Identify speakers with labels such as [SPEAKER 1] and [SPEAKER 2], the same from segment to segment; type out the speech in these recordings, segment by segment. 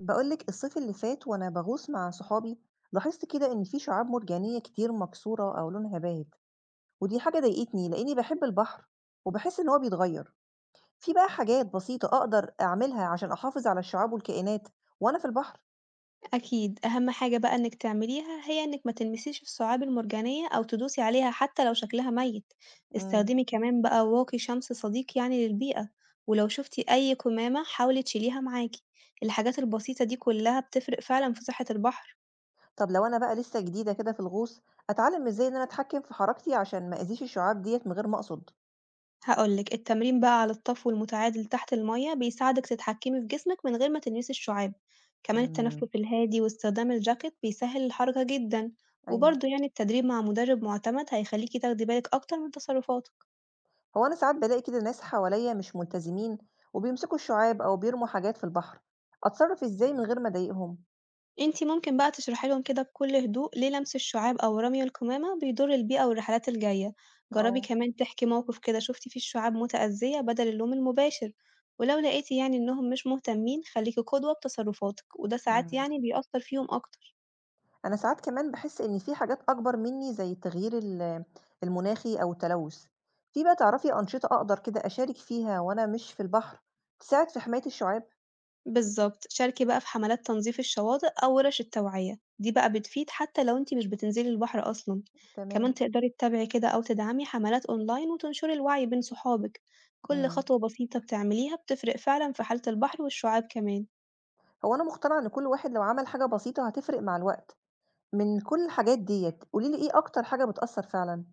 [SPEAKER 1] بقولك الصيف اللي فات وأنا بغوص مع صحابي لاحظت كده إن في شعاب مرجانية كتير مكسورة أو لونها باهت، ودي حاجة ضايقتني لأني بحب البحر وبحس إن هو بيتغير. في بقى حاجات بسيطة أقدر أعملها عشان أحافظ على الشعاب والكائنات وأنا في البحر؟
[SPEAKER 2] أكيد أهم حاجة بقى إنك تعمليها هي إنك ما تلمسيش الشعاب المرجانية أو تدوسي عليها حتى لو شكلها ميت،
[SPEAKER 1] مم.
[SPEAKER 2] استخدمي كمان بقى واقي شمس صديق للبيئة، ولو شفتي أي كمامة حاولي تشيليها معاكي، الحاجات البسيطة دي كلها بتفرق فعلا في صحة البحر.
[SPEAKER 1] طب لو أنا بقى لسه جديدة كده في الغوص، أتعلم إزاي إن أنا أتحكم في حركتي عشان ما أذيش الشعاب ديت من غير ما أقصد؟
[SPEAKER 2] هاقول لِك، التمرين بقى على الطفو المتعادل تحت المَيّة بيساعدِك تتحكمي في جسمِك من غير ما تلمسي الشعاب، كمان التنفس
[SPEAKER 1] مم.
[SPEAKER 2] الهادي واستخدام الجاكيت بيسهّل الحركة جدًا،
[SPEAKER 1] أيوه.
[SPEAKER 2] وبرضه التدريب مع مدرب معتمد هيخلّيكِ تاخدي بالِك أكتر من تصرفاتِك.
[SPEAKER 1] هو أنا ساعات بالاقي كده ناس حواليا مش ملتزمين وبيمسكوا الشعاب أو بيرموا حاجات في البحر، أتصرف إزاي من غير ما أضايقهم؟
[SPEAKER 2] أنتِ ممكن بقى تشرحي لهم كده بكل هدوء ليه لمس الشعاب أو رمي القمامة بيضر البيئة والرحلات الجاية، جرّبي
[SPEAKER 1] اه.
[SPEAKER 2] كمان تحكي موقف كده شُفتِ فيه الشعاب متأذية بدل اللوم المباشر، ولو لقيتِ إنهم مش مهتمين خلّيكِ قدوة بتصرفاتِك، وده ساعات
[SPEAKER 1] مم.
[SPEAKER 2] بيأثّر فيهم أكتر.
[SPEAKER 1] أنا ساعات كمان بحس إن في حاجات أكبر مني زي التغيير المناخي أو التلوث. في بقى تعرفي أنشطة أقدر كده أشارك فيها وأنا مش في البحر تساعد في حماية الشعاب؟
[SPEAKER 2] بالضبط. شاركي بقى في حملات تنظيف الشواطئ أو ورش التوعية، دي بقى بتفيد حتى لو أنتِ مش بتنزلي البحر أصلًا.
[SPEAKER 1] تمام.
[SPEAKER 2] كمان تقدري تتابعي كده أو تدعمي حملات أونلاين وتنشري الوعي بين صحابك. كل
[SPEAKER 1] مم.
[SPEAKER 2] خطوة بسيطة بتعمليها بتفرق فعلًا في حالة البحر والشعاب كمان.
[SPEAKER 1] هو أنا مقتنعة إن كل واحد لو عمل حاجة بسيطة هتفرق مع الوقت. من كل الحاجات ديت قوليلي إيه أكتر حاجة بتأثر فعلا؟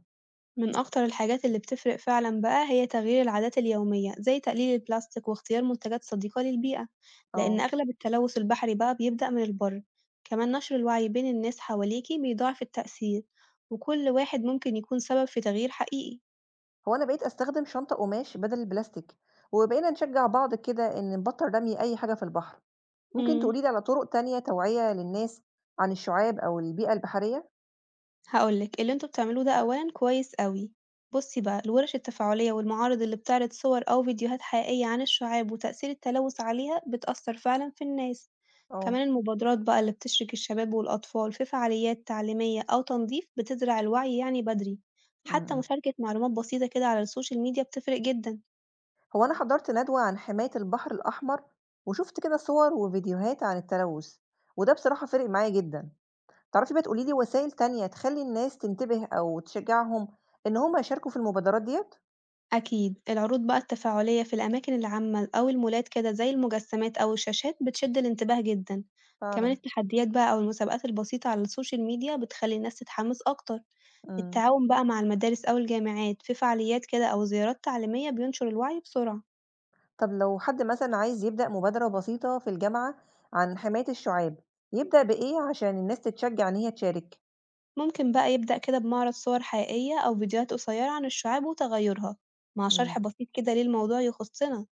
[SPEAKER 2] من أكتر الحاجات اللي بتفرق فعلًا بقى هي تغيير العادات اليومية، زي تقليل البلاستيك واختيار منتجات صديقة للبيئة، لإن
[SPEAKER 1] اه.
[SPEAKER 2] أغلب التلوث البحري بقى بيبدأ من البر، كمان نشر الوعي بين الناس حواليكِ بيضاعف التأثير، وكل واحد ممكن يكون سبب في تغيير حقيقي.
[SPEAKER 1] هو أنا بقيت أستخدم شنطة قماش بدل البلاستيك، وبقينا نشجّع بعض كده إن نبطّل رمي أي حاجة في البحر، ممكن
[SPEAKER 2] إمم.
[SPEAKER 1] تقولي لي على طرق تانية توعية للناس عن الشُعاب أو البيئة البحرية؟
[SPEAKER 2] هاقول لِك، اللي أنتم بتعملوه ده أولًا كويس أوي. بُصّي بقى، الورش التفاعلية والمعارض اللي بتعرض صور أو فيديوهات حقيقية عن الشعاب وتأثير التلوث عليها بتأثّر فعلًا في الناس.
[SPEAKER 1] اه.
[SPEAKER 2] كمان المبادرات بقى اللي بتشرِك الشباب والأطفال في فعاليات تعليمية أو تنظيف بتزرع الوعي بدري.
[SPEAKER 1] إمم،
[SPEAKER 2] حتى
[SPEAKER 1] إمم.
[SPEAKER 2] مشاركة معلومات بسيطة كده على السوشيال ميديا بتفرق جدًا.
[SPEAKER 1] هو أنا حضرت ندوة عن حماية البحر الأحمر، وشُفت كده صور وفيديوهات عن التلوث، وده بصراحة فِرِق معايا جدًا. تعرفي بقى تقولي لي وسائل تانية تخلّي الناس تنتبه أو تشجّعهم إن هم يشاركوا في المبادرات ديّة؟
[SPEAKER 2] أكيد، العروض بقى التفاعلية في الأماكن العامة أو المولات كده زي المجسمات أو الشاشات بتشد الانتباه جدًا، كمان
[SPEAKER 1] فعلًا.
[SPEAKER 2] التحديات بقى أو المسابقات البسيطة على السوشيال ميديا بتخلي الناس تتحمس أكتر،
[SPEAKER 1] إمم.
[SPEAKER 2] التعاون بقى مع المدارس أو الجامعات في فعاليات كده أو زيارات تعليمية بينشر الوعي بسرعة.
[SPEAKER 1] طب لو حد مثلًا عايز يبدأ مبادرة بسيطة في الجامعة عن حماية الشُعاب، يبدأ بإيه عشان الناس تتشجّع إن هي تشارك؟
[SPEAKER 2] ممكن بقى يبدأ كده بمعرض صور حقيقية أو فيديوهات قصيرة عن الشعاب وتغيرها مع
[SPEAKER 1] إمم.
[SPEAKER 2] شرح بسيط كده ليه الموضوع يخصنا.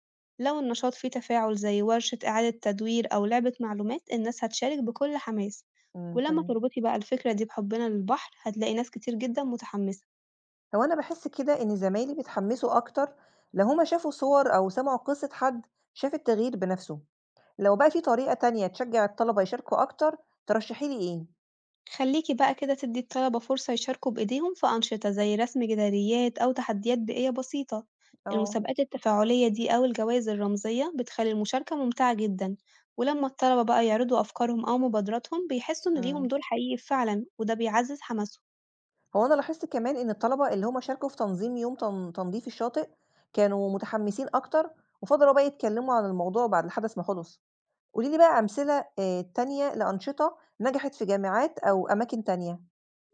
[SPEAKER 2] لو النشاط فيه تفاعل زي ورشة إعادة تدوير أو لعبة معلومات الناس هتشارك بكل حماس.
[SPEAKER 1] إمم،
[SPEAKER 2] ولما
[SPEAKER 1] تمام.
[SPEAKER 2] تربطي بقى الفكرة دي بحبنا للبحر هتلاقي ناس كتير جدا متحمسة.
[SPEAKER 1] هو أنا باحس كده إن زمايلي بيتحمّسوا أكتر لو هُم شافوا صور أو سمعوا قصة حد شاف التغيير بنَفْسه، لو بقى في طريقة تانية تشجّع الطلبة يشاركوا أكتر، ترشّحي لي إيه؟
[SPEAKER 2] خلّيكِ بقى كده تدّي الطلبة فرصة يشاركوا بإيديهم في أنشطة زي رسم جداريات أو تحديات بيئية بسيطة،
[SPEAKER 1] آه.
[SPEAKER 2] المسابقات التفاعلية دي أو الجوائز الرمزية بتخلّي المشاركة ممتعة جدًا، ولمّا الطلبة بقى يعرضوا أفكارهم أو مبادراتهم بيحسوا إن ليهم
[SPEAKER 1] إمم.
[SPEAKER 2] دور حقيقي فعلًا، وده بيعزّز حماسهم.
[SPEAKER 1] هو أنا لاحظت كمان إن الطلبة اللي هُم شاركوا في تنظيم يوم تنضيف الشاطئ، كانوا متحمّسين أكتر وفضلوا بقى يتكلّموا عن الموضوع بعد الحدث ما خلص. قولي لي بقى أمثلة تانية لأنشطة نجحت في جامعات أو أماكن تانية.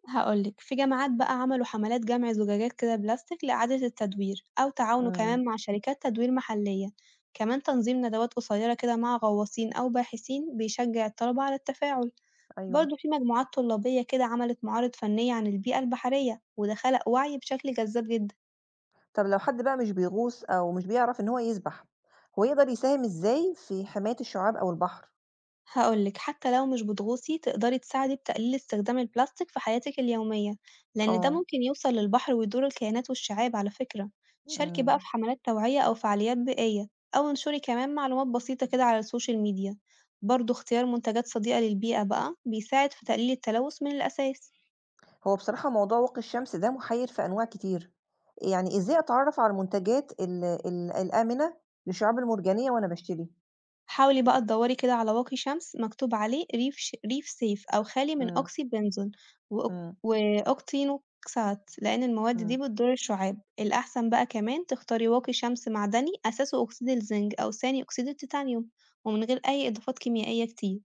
[SPEAKER 2] هاقول لِك، في جامعات بقى عملوا حملات جمع زجاجات كده بلاستيك لإعادة التدوير، أو تعاونوا
[SPEAKER 1] إمم،
[SPEAKER 2] كمان مع شركات تدوير محلية، كمان تنظيم ندوات قصيرة كده مع غواصين أو باحثين بيشجع الطلبة على التفاعل.
[SPEAKER 1] أيوه.
[SPEAKER 2] برضه في مجموعات طلابية كده عملت معارض فنية عن البيئة البحرية وده خلق وعي بشكل جذاب جدا.
[SPEAKER 1] طب لو حد بقى مش بيغوص أو مش بيعرف إن هو يسبح، هو يقدر يساهم إزاي في حماية الشعاب أو البحر؟
[SPEAKER 2] هقولك حتى لو مش بتغوصي تقدري تساعدي بتقليل استخدام البلاستيك في حياتك اليومية، لأن ده
[SPEAKER 1] آه،
[SPEAKER 2] ممكن يوصل للبحر ويضر الكائنات والشعاب على فكرة. شاركي بقى
[SPEAKER 1] إمم.
[SPEAKER 2] في حملات توعية أو فعاليات بيئية، أو انشري كمان معلومات بسيطة كده على السوشيال ميديا. برضه اختيار منتجات صديقة للبيئة بقى بيساعد في تقليل التلوث من الأساس.
[SPEAKER 1] هو بصراحة موضوع واقي الشمس ده محير في أنواع كتير، يعني إزاي أتعرف على المنتجات ال ال الآمنة للشعاب المرجانية وأنا باشتري؟
[SPEAKER 2] حاولي بقى تدوّري كده على واقي شمس مكتوب عليه ريف ريف safe أو خالي من
[SPEAKER 1] إمم،
[SPEAKER 2] أوكسي بنزون،
[SPEAKER 1] إمم،
[SPEAKER 2] وأوكتينوكسات، لإن المواد دي
[SPEAKER 1] إمم.
[SPEAKER 2] بتضر الشعاب. الأحسن بقى كمان تختاري واقي شمس معدني أساسه أكسيد الزنك أو ثاني أكسيد التيتانيوم، ومن غير أي إضافات كيميائية كتير.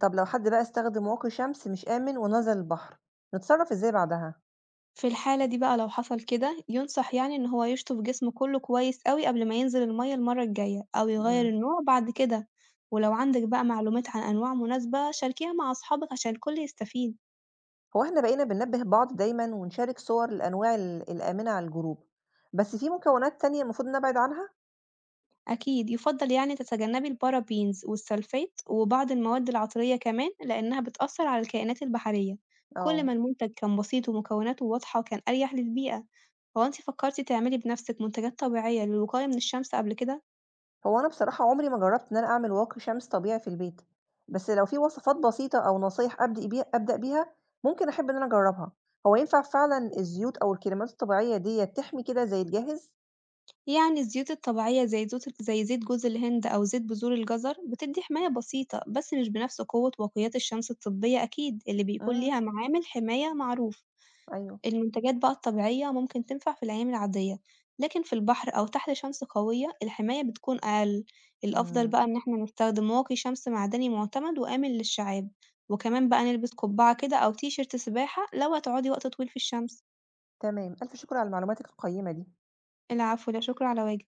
[SPEAKER 1] طب لو حد بقى استخدم واقي شمس مش آمن ونزل البحر، نتصرف إزاي بعدها؟
[SPEAKER 2] في الحالة دي بقى لو حصل كده، ينصح إن هو يشطف جسمه كله كويس أوي قبل ما ينزل المَيّة المرّة الجاية أو يغيّر
[SPEAKER 1] إمم.
[SPEAKER 2] النوع بعد كده. ولو عندِك بقى معلومات عن أنواع مناسبة، شاركيها مع أصحابك عشان الكل يستفيد.
[SPEAKER 1] هو إحنا بقينا بننبّه بعض دايمًا ونشارك صور الأنواع الآمنة على الجروب، بس في مكونات تانية المفروض نبعد عنها؟
[SPEAKER 2] أكيد، يُفضّل تتجنّبي البارابينز والسلفات وبعض المواد العطرية كمان، لإنها بتأثّر على الكائنات البحرية، كل
[SPEAKER 1] آه.
[SPEAKER 2] ما المنتج كان بسيط ومكوناته واضحة كان أريح للبيئة. هو أنتِ فكّرتِ تعملي بنَفْسِك منتجات طبيعية للوقاية من الشمس قبل كده؟
[SPEAKER 1] هو أنا بصراحة عمري ما جرّبت إن أنا أعمل واقي شمس طبيعي في البيت، بس لو في وصفات بسيطة أو نصايح أبدأ بيها ممكن أحب إن أنا أجرّبها، هو ينفع فعلًا الزيوت أو الكريمات الطبيعية ديّة تحمي كده زي الجاهز؟
[SPEAKER 2] يعني الزيوت الطبيعية زي زوت زي زيت جوز الهند أو زيت بذور الجزر بتدّي حماية بسيطة، بس مش بنَفْس قوة واقيات الشمس الطبية أكيد، اللي بيكون
[SPEAKER 1] إمم،
[SPEAKER 2] ليها معامل حماية معروف.
[SPEAKER 1] أيوه،
[SPEAKER 2] المنتجات بقى الطبيعية ممكن تنفع في الأيام العادية، لكن في البحر أو تحت شمس قوية الحماية بتكون أقل، الأفضل بقى
[SPEAKER 1] إمم،
[SPEAKER 2] إن احنا نستخدم واقي شمس معدني معتمد وآمن للشعاب، وكمان بقى نلبس قبعة كده أو تيشيرت سباحة لو هتقعدي وقت طويل في الشمس.
[SPEAKER 1] تمام، ألف شكر على معلوماتِك القيّمة دي.
[SPEAKER 2] العفو لا شكر على واجب.